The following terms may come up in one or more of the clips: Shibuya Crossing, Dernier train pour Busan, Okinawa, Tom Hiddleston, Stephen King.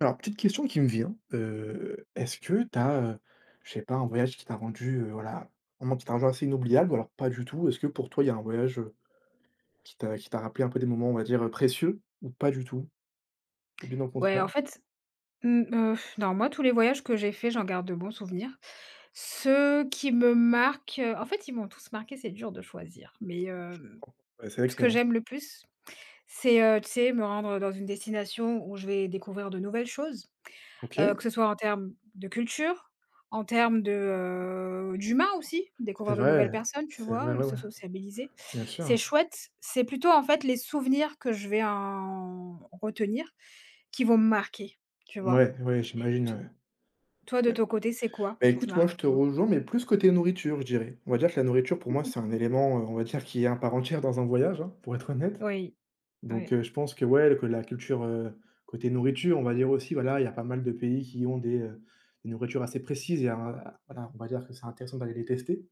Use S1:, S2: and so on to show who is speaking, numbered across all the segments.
S1: Alors, petite question qui me vient, est-ce que tu as, je sais pas, un voyage qui t'a rendu, voilà, un moment qui t'a rendu assez inoubliable ou alors pas du tout? Est-ce que pour toi, il y a un voyage, qui t'a rappelé un peu des moments, on va dire, précieux ou pas du tout? Ou bien au
S2: Ouais, en
S1: contraire?
S2: fait, mmh, non, Moi, tous les voyages que j'ai faits, j'en garde de bons souvenirs. Ceux qui me marquent, en fait, ils m'ont tous marquée, c'est dur de choisir, mais
S1: Ouais, c'est vrai
S2: ce
S1: que.
S2: que j'aime le plus, c'est, tu sais, me rendre, dans une destination où je vais découvrir de nouvelles choses.
S1: OK.
S2: Que ce soit en termes de culture, en termes d'humain aussi,
S1: C'est
S2: découvrir de nouvelles
S1: vrai,
S2: personnes, tu
S1: c'est
S2: vois?
S1: vrai,
S2: Le
S1: ouais,
S2: se
S1: ouais,
S2: sociabiliser.
S1: bien
S2: C'est
S1: sûr.
S2: chouette, c'est plutôt en fait les souvenirs que je vais en retenir qui vont me marquer, tu vois?
S1: Ouais, ouais, j'imagine,
S2: To
S1: ouais.
S2: Toi de
S1: Ouais.
S2: ton côté, c'est quoi
S1: Bah,
S2: qui te
S1: écoute, moi,
S2: marque?
S1: je te
S2: Hugo?
S1: rejoins, mais plus côté nourriture, je dirais. On va dire que la nourriture, pour moi, c'est un élément, on va dire qui est un part entière dans un voyage, hein, pour être honnête.
S2: Oui,
S1: Donc
S2: oui.
S1: je pense que ouais, que la culture, côté nourriture, on va dire aussi, voilà, il y a pas mal de pays qui ont des nourritures assez précises et un voilà, on va dire que c'est intéressant d'aller les tester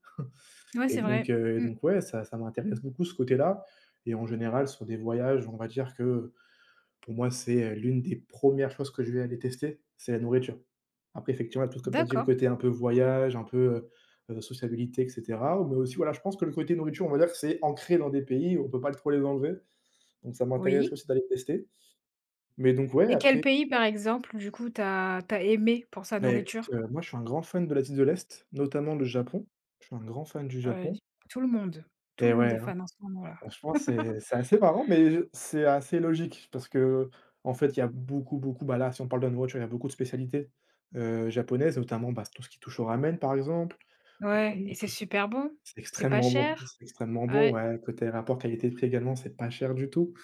S2: Ouais,
S1: et
S2: c'est
S1: donc
S2: vrai.
S1: heu,
S2: Mmh.
S1: donc ouais, ça m'intéresse beaucoup ce côté-là et en général, sur des voyages, on va dire que pour moi, c'est, l'une des premières choses que je vais aller tester, c'est la nourriture. Après effectivement, tout comme tu as dit, le
S2: D'accord,
S1: côté un peu voyage, un peu, sociabilité et cetera, mais aussi, voilà, je pense que le côté nourriture, on va dire que c'est ancré dans des pays, on peut pas trop les enlever, donc ça m'intéresse
S2: oui.
S1: aussi d'aller tester. Mais donc ouais,
S2: Et quel
S1: après,
S2: pays par exemple, du coup, t'as aimé pour sa
S1: bah, écoute,
S2: nourriture?
S1: moi je suis un grand fan de l'Asie de l'Est, notamment le Japon. Je suis un grand fan du
S2: Heu,
S1: Japon
S2: tout le monde, tout
S1: et
S2: le monde
S1: ouais,
S2: est
S1: hein,
S2: fan en ce moment là.
S1: franchement c'est c'est assez marrant, mais je c'est assez logique parce que en fait, il y a beaucoup, beaucoup bah, là, si on parle de la nourriture, il y a beaucoup de spécialités, japonaises, notamment, bah, tout ce qui touche au ramen, par exemple,
S2: Ouais,
S1: Mmh.
S2: et c'est
S1: tout ce
S2: super bon? C'est pas cher?
S1: c'est extrêmement bon,
S2: Ouais.
S1: ouais, côté rapport qualité-prix également, c'est pas cher du tout.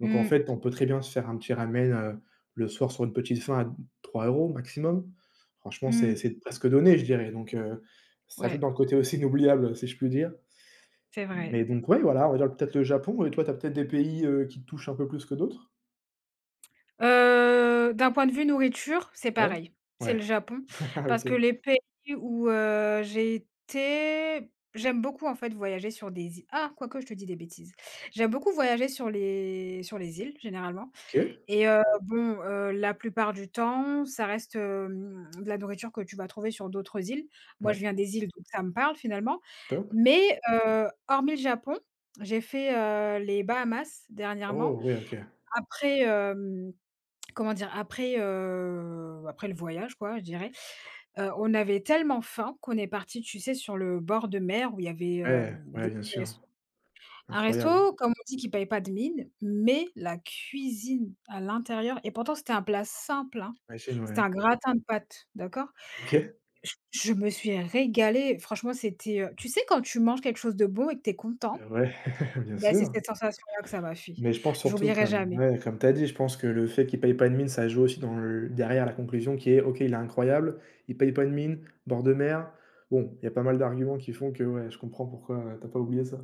S1: Donc en
S2: Mmh,
S1: fait, on peut très bien se faire un petit ramen, le soir sur une petite faim à 3 euros maximum. Franchement, c'est
S2: mmh.
S1: c'est presque donné, je dirais, donc ça joue
S2: Ouais,
S1: dans le côté aussi inoubliable, si je puis dire.
S2: c'est vrai.
S1: Mais donc ouais, voilà, on va dire peut-être le Japon et toi, tu as peut-être des pays, qui te touchent un peu plus que d'autres?
S2: D'un point de vue nourriture, c'est
S1: Ouais.
S2: pareil, c'est le
S1: Ouais.
S2: Japon. Parce
S1: OK.
S2: que les pays j'ai été, j'aime beaucoup en fait voyager sur des îles, ah quoique je te dis des bêtises. J'aime beaucoup voyager sur les îles généralement
S1: OK.
S2: et la plupart du temps, ça reste, de la nourriture que tu vas trouver sur d'autres îles. Moi, je
S1: Ouais.
S2: viens des îles, donc ça me parle finalement.
S1: Top.
S2: Mais hormis le Japon, j'ai fait, les Bahamas
S1: Oh
S2: dernièrement.
S1: ouais, OK.
S2: Après, hem, comment dire? Après, après le voyage quoi, je dirais. On avait tellement faim qu'on est parti, tu sais, sur le bord de mer où il y avait
S1: Ouais,
S2: des
S1: ouais, bien
S2: petits
S1: sûr.
S2: restos. Un
S1: Incroyable.
S2: resto, comme on dit, qui paye pas de mine, mais la cuisine à l'intérieur, et pourtant c'était un plat simple, hein.
S1: J'imagine,
S2: C'était
S1: ouais.
S2: un gratin de pâtes, d'accord?
S1: OK.
S2: Je me suis régalée, franchement, c'était, tu sais, quand tu manges quelque chose de bon et que tu es content.
S1: Ouais, bien
S2: Bah, c'est
S1: sûr.
S2: cette sensation-là que ça m'a fait.
S1: Mais je pense surtout
S2: J'oublierai
S1: comme
S2: jamais.
S1: ouais, comme tu as dit, je pense que le fait qu'il paye pas de mine, ça joue aussi dans le derrière la conclusion qui est: «OK, il est incroyable, il paye pas de mine, bord de mer». Bon, il y a pas mal d'arguments qui font que ouais, je comprends pourquoi, tu pas oublié ça.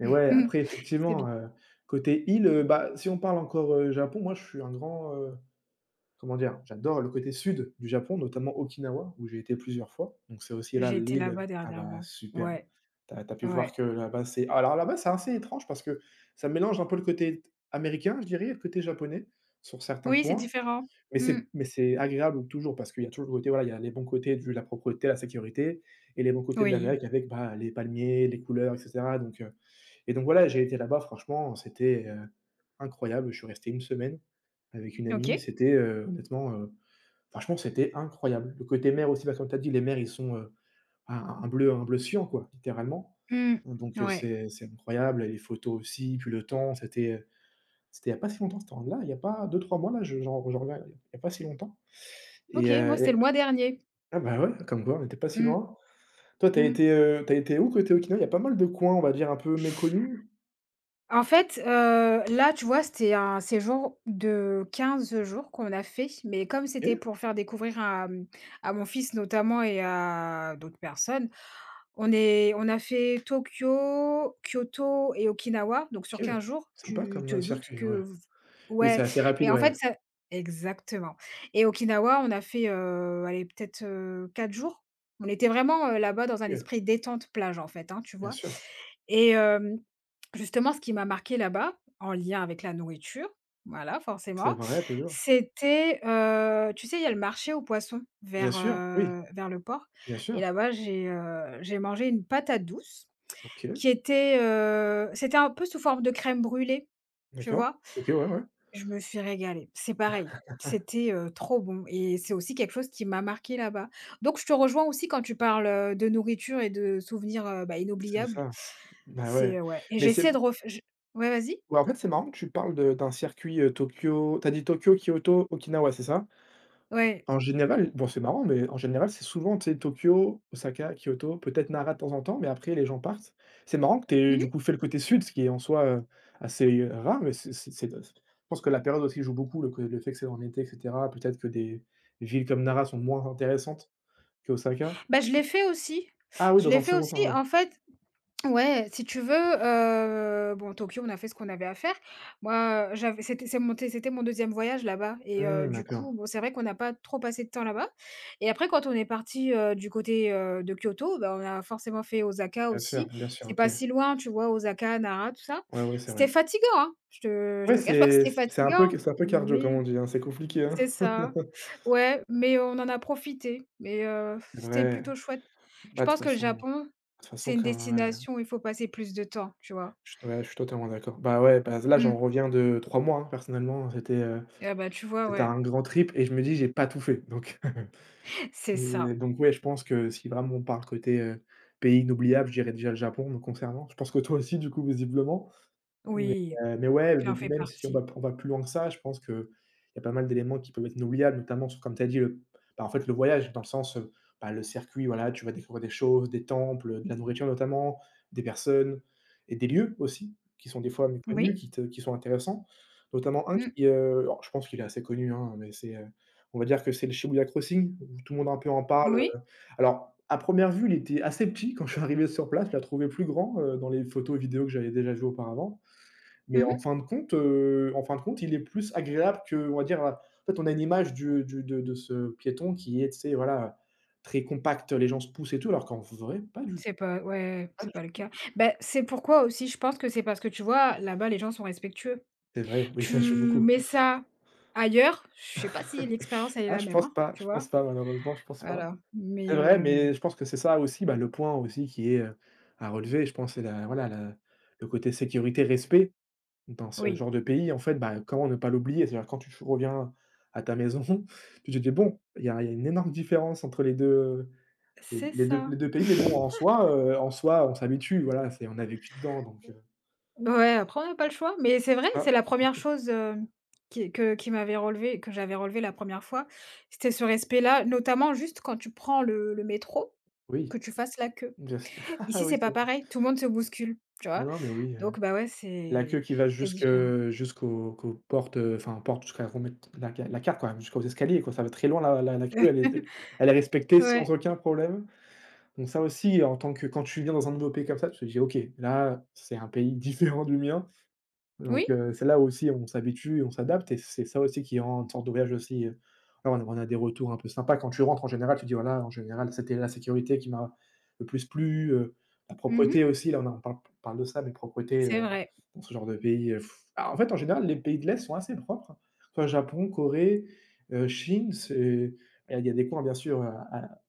S1: Mais ouais, après
S2: C'est bien.
S1: effectivement, côté île, bah, si on parle encore, Japon, moi je suis un grand, comment dire? J'adore le côté sud du Japon, notamment Okinawa, où j'ai été plusieurs fois. Donc c'est aussi là
S2: J'ai été
S1: l'île
S2: là-bas
S1: ah bah,
S2: dernièrement.
S1: super.
S2: Ouais,
S1: T'as as pu voir
S2: ouais.
S1: que là-bas, c'est alors là-bas, c'est assez étrange parce que ça mélange un peu le côté américain, je dirais et le côté japonais sur certains
S2: Oui, c'est
S1: coins.
S2: différent.
S1: Mais
S2: Mmh.
S1: c'est mais c'est agréable toujours parce qu'il y a toujours le côté, voilà, il y a les bons côtés de la propreté, la sécurité et les bons côtés de
S2: Oui.
S1: l'Amérique avec, bah, les palmiers, les couleurs et cetera donc et donc voilà, j'ai été là-bas, franchement, c'était, incroyable. Je suis resté une semaine avec une amie.
S2: OK.
S1: C'était, honnêtement, franchement, c'était incroyable. Le côté mer aussi, bah, comme tu as dit, les mers, ils sont, un un bleu cyan, quoi, littéralement.
S2: Mmh.
S1: Donc
S2: Ouais.
S1: c'est incroyable, les photos aussi, puis le temps, c'était, c'était il y a pas si longtemps, là, il y a pas 2, 3 mois, là, je j'en j'en reviens, il y a pas si longtemps et
S2: OK, moi, c'était le mois dernier.
S1: ah bah, ouais, comme quoi, on n'était pas si
S2: Mmh.
S1: loin. Toi,
S2: Mmh.
S1: tu été où côté Okinawa? Il y a pas mal de coins, on va dire, un peu méconnus?
S2: En fait, tu vois, c'était un séjour de 15 jours qu'on a fait, mais comme c'était
S1: OK.
S2: pour faire découvrir à mon fils notamment et à d'autres personnes, on a fait Tokyo, Kyoto et Okinawa, donc sur
S1: OK,
S2: 15 jours,
S1: sympa
S2: tu
S1: comme,
S2: te doutes
S1: circuit, ouais.
S2: que v
S1: Oui, c'est
S2: ouais,
S1: assez
S2: mais
S1: rapide,
S2: en
S1: ouais.
S2: fait ça exactement et Okinawa, on a fait, allez peut-être, 4 jours. On était vraiment, là-bas dans un
S1: OK,
S2: esprit détente plage en fait, hein, tu
S1: bien
S2: vois?
S1: sûr.
S2: Et justement, ce qui m'a marqué là-bas, en lien avec la nourriture, voilà,
S1: C'est
S2: forcément,
S1: vrai, toujours.
S2: c'était, tu sais, il y a le marché aux poissons
S1: Bien sûr, oui,
S2: vers le port,
S1: bien
S2: et
S1: sûr.
S2: là-bas, j'ai mangé une patate douce
S1: OK,
S2: qui était, c'était un peu sous forme de crème brûlée, tu
S1: d'accord.
S2: vois?
S1: OK, ouais, ouais,
S2: Je me suis régalée. C'est pareil, c'était trop bon, et c'est aussi quelque chose qui m'a marqué là-bas. Donc je te rejoins aussi quand tu parles, de nourriture et de souvenirs,
S1: c'est
S2: inoubliables.
S1: ça. Bah,
S2: C'est,
S1: ouais,
S2: ouais et
S1: mais c'est
S2: j'essaie de ref ouais, vas-y?
S1: ouais, en fait, c'est marrant que tu parles de d'un circuit, Tokyo tu as dit Tokyo, Kyoto, Okinawa, c'est ça?
S2: Ouais.
S1: En général, bon, c'est marrant, mais en général, c'est souvent, tu sais, Tokyo, Osaka, Kyoto, peut-être Nara de temps en temps, mais après les gens partent. C'est marrant que tu aies, du
S2: Mmh.
S1: coup, fait le côté sud, ce qui est en soi, assez, rare, mais c'est je pense que la période aussi joue beaucoup, le fait que c'est en été et cetera. Peut-être que des villes comme Nara sont moins intéressantes qu'Osaka.
S2: Bah, je l'ai fait aussi.
S1: Ah oui,
S2: Je
S1: dans
S2: l'ai
S1: un
S2: fait
S1: second temps,
S2: aussi,
S1: ouais.
S2: en fait ouais, si tu veux, bon, Tokyo, on a fait ce qu'on avait à faire. Moi, j'avais c'était c'est mon c'était mon deuxième voyage là-bas, et
S1: Mmh,
S2: du coup,
S1: d'accord.
S2: bon, c'est vrai qu'on n'a pas trop passé de temps là-bas, et après quand on est parti, de Kyoto, bah, on a forcément fait Osaka aussi.
S1: Bien sûr,
S2: C'est
S1: OK.
S2: pas si loin, tu vois? Osaka, Nara, tout ça.
S1: Ouais, ouais, c'est
S2: C'était
S1: vrai.
S2: fatigant, hein, je
S1: Ouais,
S2: te cache pas que c'était fatigant,
S1: c'est un peu cardio, comme
S2: mais
S1: on dit, hein. C'est compliqué, hein.
S2: c'est ça. Ouais, mais on en a profité, mais
S1: C'est
S2: c'était
S1: vrai.
S2: plutôt chouette. Je
S1: Bah, de toute
S2: pense que le
S1: façon de
S2: Japon,
S1: toute façon,
S2: c'est une
S1: quand ouais.
S2: destination où il faut passer plus de temps, tu vois?
S1: Je suis totalement d'accord. Bah, ouais, bah, là, j'en
S2: Mmh.
S1: reviens de 3 mois, hein, personnellement, hein, c'était,
S2: Ah bah, tu vois,
S1: c'était
S2: ouais.
S1: un grand trip et je me dis: «J'ai pas tout fait», donc
S2: C'est
S1: c'est
S2: ça.
S1: donc ouais, je pense que si vraiment on parle côté, pays inoubliable, je dirais déjà le Japon me concernant. Je pense que toi aussi, du coup, visiblement. Mais
S2: Oui,
S1: mais
S2: j'en
S1: puis
S2: fais
S1: même si on
S2: partie.
S1: va on va plus loin que ça, je pense qu'il y a pas mal d'éléments qui peuvent être inoubliables, notamment sur comme tu as dit, en fait, le voyage dans le sens, bah, le circuit, voilà, tu vas découvrir des choses, des temples, de la nourriture notamment, des personnes et des lieux aussi qui sont des fois méconnus,
S2: Oui,
S1: qui sont intéressants. Notamment un
S2: mmh,
S1: qui, alors je pense qu'il est assez connu, hein, mais c'est, on va dire que c'est le Shibuya Crossing où tout le monde un peu en parle.
S2: oui,
S1: Alors à première vue, il était assez petit quand je suis arrivé sur place, je l'ai trouvé plus grand, dans les photos et vidéos que j'avais déjà vues auparavant. Mais
S2: mmh.
S1: en fin de compte, il est plus agréable qu'on va dire, en fait, on a une image du de ce piéton qui est, tu sais, voilà, très compact, les gens se poussent et tout, alors qu'en vrai, pas du
S2: C'est pas Ouais,
S1: pas du
S2: c'est pas le cas. Ben c'est pourquoi aussi je pense que c'est parce que tu vois, là-bas, les gens sont respectueux.
S1: c'est vrai, oui,
S2: Tu
S1: ça joue beaucoup.
S2: mets ça ailleurs, je sais pas si l'expérience, elle est
S1: Ah,
S2: la même, hein, tu
S1: je
S2: vois?
S1: pense pas, malheureusement, je pense pas.
S2: Voilà, mais
S1: C'est vrai,
S2: hem,
S1: mais je pense que c'est ça aussi, bah, le point aussi qui est, à relever, je pense, c'est la voilà, la le côté sécurité, respect dans ce
S2: oui,
S1: genre de pays, en fait, bah, comment ne pas l'oublier? C'est-à-dire quand tu reviens à ta maison, tu te dis: «Bon, il y a une énorme différence entre les 2». Les
S2: c'est
S1: les 2
S2: ça.
S1: les 2 pays, mais bon, en soi, on s'habitue, voilà, c'est on a vécu dedans,
S2: Bah, ouais, après on n'a pas le choix, mais c'est vrai,
S1: ah
S2: c'est la première chose, hem, qui que qui m'avait relevé, que j'avais relevé la première fois, c'était ce respect-là, notamment juste quand tu prends le métro,
S1: oui,
S2: que tu fasses la queue.
S1: bien sûr.
S2: Ici,
S1: Oui,
S2: c'est
S1: c'est
S2: pas
S1: vrai.
S2: pareil, tout le monde se bouscule, tu
S1: Ah
S2: vois?
S1: non, mais oui,
S2: Donc bah, ouais,
S1: la queue qui va
S2: c'est
S1: jusque
S2: différent.
S1: jusqu'aux qu'aux portes, enfin portes jusqu'à remettre la carte, quoi, jusqu'aux escaliers, quoi, ça va très loin la queue, elle est elle est respectée sans
S2: Ouais.
S1: aucun problème. Donc ça aussi, en tant que quand tu viens dans un nouveau pays comme ça, tu te dis: «OK, là, c'est un pays différent du mien».
S2: Oui,
S1: Donc c'est là aussi on s'habitue, on s'adapte et c'est ça aussi qui rend une sorte de voyage aussi, voilà, on a des retours un peu sympas. Quand tu rentres en général, tu dis: «Voilà, en général, c'était la sécurité qui m'a le plus plu», la propreté
S2: mmh,
S1: aussi, là, on parle de ça, mais propreté,
S2: c'est vrai.
S1: dans ce genre de pays, bah, en fait, en général, les pays de l'Est sont assez propres, soit Japon, Corée, Chine, c'est il y a des coins bien sûr, à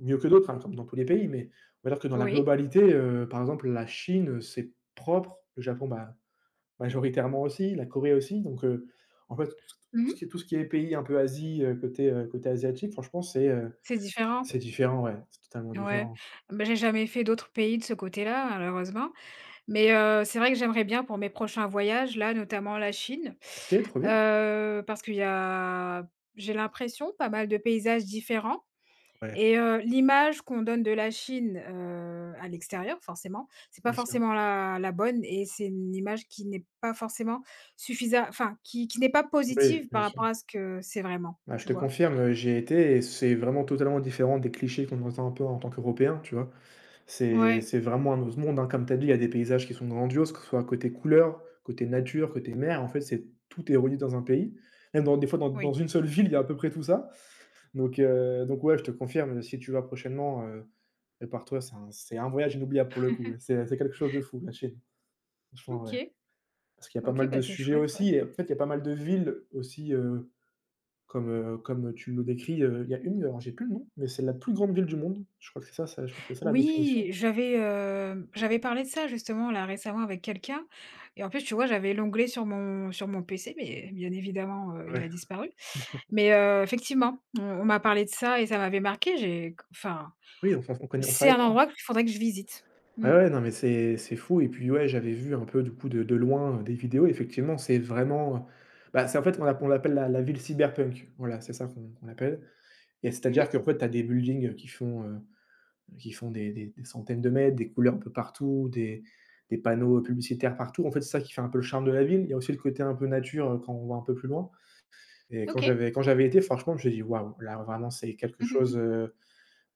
S1: mieux que d'autres, hein, comme dans tous les pays, mais on va dire que dans la
S2: Oui,
S1: globalité, par exemple, la Chine, c'est propre, le Japon, bah majoritairement aussi, la Corée aussi, donc en fait, t tout ce
S2: mmh,
S1: qui est tout ce qui est pays un peu Asie, côté, côté asiatique, franchement,
S2: c'est différent.
S1: c'est différent, ouais, c'est totalement
S2: Ouais,
S1: différent.
S2: bah, j'ai jamais fait d'autres pays de ce côté-là, malheureusement. C'est vrai que j'aimerais bien pour mes prochains voyages, là, notamment la Chine,
S1: OK, trop bien.
S2: parce qu'il y a j'ai l'impression, pas mal de paysages différents,
S1: Ouais,
S2: et l'image qu'on donne de la Chine, à l'extérieur forcément, c'est pas
S1: bien sûr.
S2: forcément la bonne, et c'est une image qui n'est pas forcément suffisante, enfin, qui n'est pas
S1: Oui,
S2: positive
S1: bien
S2: par
S1: sûr.
S2: rapport à ce que c'est vraiment,
S1: Bah, je
S2: tu
S1: te
S2: vois?
S1: confirme, j'y ai été et c'est vraiment totalement différent des clichés qu'on entend un peu en tant qu'Européen, tu vois? C'est
S2: Ouais,
S1: c'est vraiment un autre monde, hein, comme tu as dit, il y a des paysages qui sont grandioses, que ce soit côté couleur, côté nature, côté mer, en fait, c'est tout est relié dans un pays. Même dans des fois dans dans
S2: oui.
S1: une seule ville, il y a à peu près tout ça. Donc ouais, je te confirme, si tu vas prochainement, prépare-toi, c'est un voyage inoubliable pour le coup, là. C'est quelque chose de fou, la Chine. Franchement, ouais.
S2: OK.
S1: Parce qu'il y a pas
S2: OK,
S1: mal de
S2: bah, c'est
S1: sujets
S2: chouette,
S1: aussi
S2: ouais.
S1: et en fait, il y a pas mal de villes aussi, comme tu nous décris, il y a une, alors j'ai plus le nom, mais c'est la plus grande ville du monde. Je crois que c'est ça, je crois que c'est ça la
S2: Oui,
S1: définition.
S2: j'avais, heu, j'avais parlé de ça justement là récemment avec quelqu'un, et en plus, tu vois, j'avais l'onglet sur mon PC, mais bien évidemment, il a
S1: Ouais.
S2: disparu. Mais, effectivement, on m'a parlé de ça et ça m'avait marqué, j'ai enfin,
S1: Oui, enfin, on
S2: c'est
S1: savait
S2: un
S1: pas.
S2: endroit qu'il faudrait que je visite.
S1: Ouais,
S2: Mmh.
S1: ouais, non, mais c'est fou et puis ouais, j'avais vu un peu du coup de loin, des vidéos. Effectivement, c'est vraiment, bah, c'est en fait, on l'appelle la ville cyberpunk. Voilà, c'est ça qu'on l'appelle. Et c'est-à-dire
S2: Mmh.
S1: qu'en fait, tu as des buildings qui font des centaines de mètres, des couleurs un peu partout, des panneaux publicitaires partout. En fait, c'est ça qui fait un peu le charme de la ville. Il y a aussi le côté un peu nature, quand on va un peu plus loin et
S2: OK.
S1: quand j'avais été, franchement, je me suis dit: «Waouh, là vraiment c'est quelque
S2: Mmh
S1: chose,
S2: mh.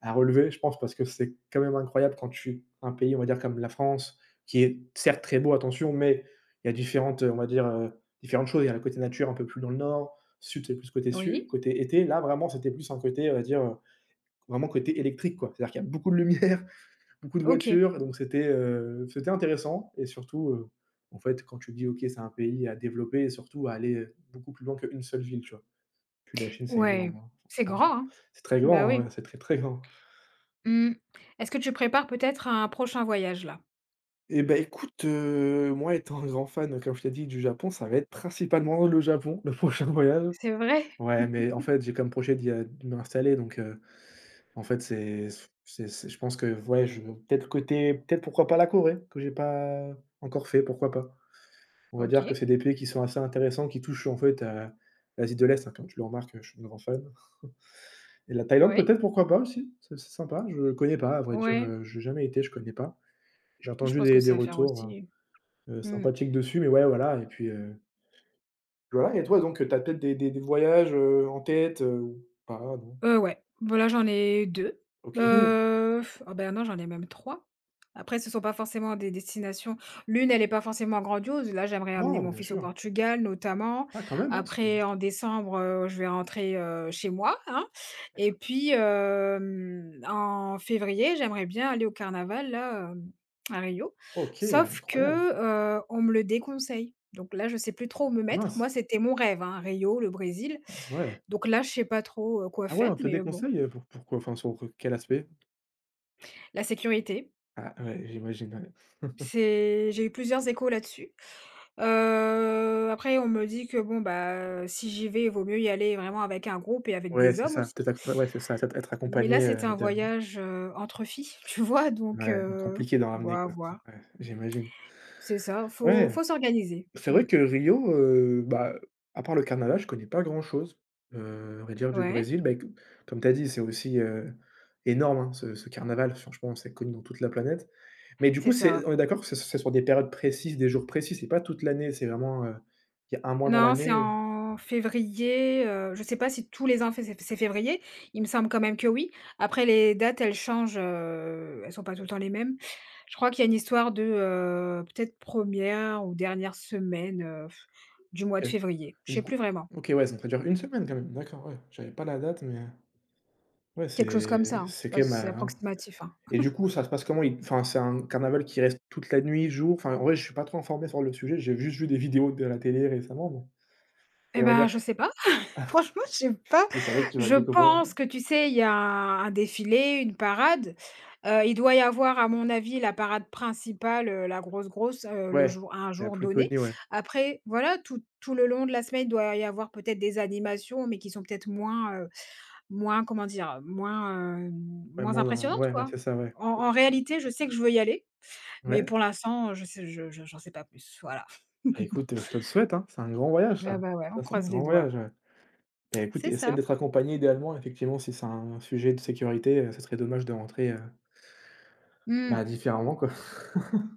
S1: à relever», je pense parce que c'est quand même incroyable quand tu un pays, on va dire comme la France, qui est certes très beau, attention, mais il y a différentes, on va dire, différentes choses. Il y a le côté nature un peu plus dans le nord, sud
S2: Oui.
S1: côté été. Là, vraiment, c'était plus un côté, on va dire, vraiment côté électrique, quoi. C'est-à-dire qu'il y a beaucoup de lumière, beaucoup de
S2: OK.
S1: voitures, donc c'était, c'était intéressant et surtout, en fait, quand tu dis: «OK, c'est un pays à développer» et surtout à aller, beaucoup plus loin qu'une seule ville, tu vois? Puis la Chine, c'est
S2: Ouais,
S1: énorme, hein,
S2: c'est
S1: franchement.
S2: grand, hein?
S1: C'est très
S2: Bah
S1: grand, hein, ouais,
S2: oui.
S1: c'est très, très grand.
S2: Mmh. Est-ce que tu prépares peut-être un prochain voyage là?
S1: Et ben écoute, moi étant un grand fan, comme je t'ai dit, du Japon, ça va être principalement le Japon, le prochain voyage.
S2: C'est vrai?
S1: Ouais, mais en fait, j'ai comme projet d'y a de m'installer donc heu. En fait, c'est, je pense que ouais, je peut-être côté peut-être pourquoi pas la Corée, que j'ai pas encore fait, pourquoi pas? On va dire que
S2: OK.
S1: c'est des pays qui sont assez intéressants, qui touchent en fait à l'Asie de l'Est, hein, comme tu le remarques, je suis un grand fan et la Thaïlande
S2: Oui.
S1: peut-être, pourquoi pas aussi? C'est sympa, je connais pas à vrai dire,
S2: Ouais,
S1: j'ai jamais été, je connais pas. J'ai
S2: je
S1: entendu
S2: pense que
S1: des
S2: c'est à faire
S1: retours,
S2: aussi. Mmh.
S1: sympathiques dessus mais ouais, voilà et puis, voilà et toi donc, t'as peut-être des voyages, en tête, ou pas, non?
S2: Ouais, voilà, j'en ai deux.
S1: OK.
S2: Heu, ah non, j'en ai même trois. Après, ce sont pas forcément des destinations, l'une, elle est pas forcément grandiose. Là, j'aimerais amener
S1: Non,
S2: mon
S1: bien
S2: fils au
S1: sûr.
S2: Portugal, notamment.
S1: Ah quand même, hein,
S2: Après,
S1: c'est-
S2: en décembre, je vais rentrer, chez moi, hein, et puis en février, j'aimerais bien aller au carnaval, à Rio.
S1: OK,
S2: Sauf
S1: incroyable.
S2: que, heu, on me le déconseille. Donc là, je sais plus trop où me
S1: Ah
S2: mettre.
S1: mince!
S2: Moi, c'était mon rêve, hein, Rio, le Brésil.
S1: Ouais.
S2: Donc là, je sais pas trop, quoi
S1: Ah ouais, on
S2: faire,
S1: te le
S2: mais bon.
S1: déconseille, pour pourquoi? Enfin, sur quel aspect?
S2: La sécurité,
S1: Ah ouais, j'imagine, ouais.
S2: c'est j'ai eu plusieurs échos là-dessus. Après on me dit que bon, bah, si j'y vais, il vaut mieux y aller vraiment avec un groupe et avec
S1: Ouais,
S2: des
S1: c'est
S2: hommes
S1: ça,
S2: aussi.
S1: peut-être ac ouais, c'est ça, peut-être être
S2: Mais là,
S1: accompagné,
S2: c'était un
S1: idéalement.
S2: voyage, entre filles, tu vois? Donc,
S1: Ouais, donc
S2: heu,
S1: compliqué d'en
S2: bon,
S1: ramener,
S2: à
S1: quoi.
S2: voir.
S1: Ouais, j'imagine.
S2: C'est ça,
S1: Ouais,
S2: faut s'organiser.
S1: c'est
S2: Mmh.
S1: vrai que Rio, bah, à part le carnaval, je connais pas grand-chose, à vrai dire, du
S2: Ouais,
S1: Brésil. Bah, écou comme tu as dit, c'est aussi, énorme, hein, ce carnaval. Franchement, c'est connu dans toute la planète. Mais du coup,
S2: c'est ça.
S1: c'est on est d'accord que c'est sur des périodes précises, des jours précis, c'est pas toute l'année, c'est vraiment, il y a un mois dans
S2: Non, c'est
S1: l'année,
S2: en février, je sais pas si tous les ans fé c'est février, il me semble quand même que oui. Après les dates, elles changent, elles sont pas tout
S1: Ouais,
S2: le temps les mêmes. Je crois qu'il y a une histoire de, peut-être première ou dernière semaine, du mois de
S1: OK.
S2: février, je
S1: Du
S2: sais
S1: coup
S2: plus vraiment.
S1: OK, ouais, donc ça dure une semaine quand même. D'accord, ouais. J'avais pas la date, mais ouais,
S2: Quelque chose
S1: c'est
S2: comme ça, hein,
S1: c'est
S2: c'est pas
S1: quand même,
S2: c'est approximatif, hein.
S1: et du coup, ça se passe comment? Il enfin, c'est un carnaval qui reste toute la nuit, jour? Enfin, en vrai, je suis pas trop informé sur le sujet, j'ai juste vu des vidéos de la télé récemment, mais
S2: Et
S1: et on va
S2: bah,
S1: dire
S2: je sais pas. Franchement, je sais pas.
S1: mais ça va que tu vas le
S2: Je
S1: découvrir.
S2: pense que, tu sais, il y a un défilé, une parade. Il doit y avoir, à mon avis, la parade principale, la grosse, grosse, le
S1: Ouais,
S2: jour à un
S1: la
S2: jour
S1: plus
S2: donné.
S1: connue, ouais.
S2: Après, voilà, tout le long de la semaine, il doit y avoir peut-être des animations, mais qui sont peut-être moins, comment dire?
S1: Ouais,
S2: Moins
S1: moi, dans
S2: impressionnantes,
S1: ouais, ouais,
S2: quoi.
S1: c'est ça, ouais.
S2: En réalité, je sais que je veux y aller, mais
S1: Ouais,
S2: pour l'instant, je j'en sais pas plus, voilà.
S1: bah, écoute, je te le souhaite, hein, c'est un grand voyage
S2: Ah
S1: ça.
S2: bah, ouais, on
S1: Ça, c'est un
S2: croise
S1: grand
S2: les doigts.
S1: voyage, ouais. Bah, écoute,
S2: C'est
S1: essaie
S2: ça.
S1: d'être accompagné idéalement, effectivement, si c'est un sujet de sécurité, ça serait dommage de rentrer, bah,
S2: Mmh.
S1: différemment, quoi.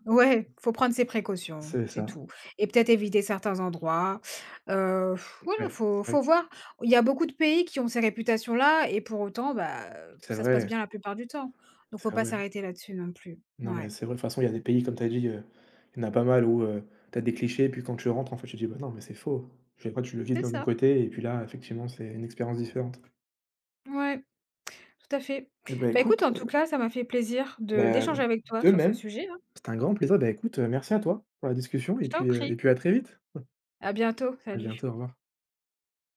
S2: Ouais, faut prendre ses précautions,
S1: C'est
S2: c'est
S1: ça,
S2: tout, et peut-être éviter certains endroits, heu, voilà,
S1: ouais, c'est vrai
S2: faut
S1: que
S2: voir. Il y a beaucoup de pays qui ont ces réputations-là, et pour autant, bah,
S1: c'est
S2: ça se passe
S1: vrai,
S2: bien la plupart du temps. Donc
S1: c'est
S2: faut pas
S1: vrai.
S2: s'arrêter là-dessus non plus.
S1: Non, mais
S2: Ouais,
S1: c'est vrai, de toute façon, il y a des pays, comme tu as dit, il y en a pas mal où, tu as des clichés, puis quand tu rentres, en fait, tu dis: «Bah, non, mais c'est faux». Je sais pas tu le vis
S2: c'est
S1: de mon
S2: ça.
S1: côté et puis là, effectivement, c'est une expérience différente.
S2: Ouais, tout à fait.
S1: Eh bah,
S2: Bah,
S1: écoute,
S2: écoute, en tout cas, ça m'a fait plaisir de
S1: bah,
S2: d'échanger avec toi
S1: de
S2: sur ce
S1: même,
S2: sujet, hein.
S1: c'était un grand plaisir. Bah, écoute, merci à toi pour la discussion
S2: Je t'en
S1: et
S2: prie.
S1: puis à très vite.
S2: À bientôt,
S1: À bientôt,
S2: salut.
S1: au revoir.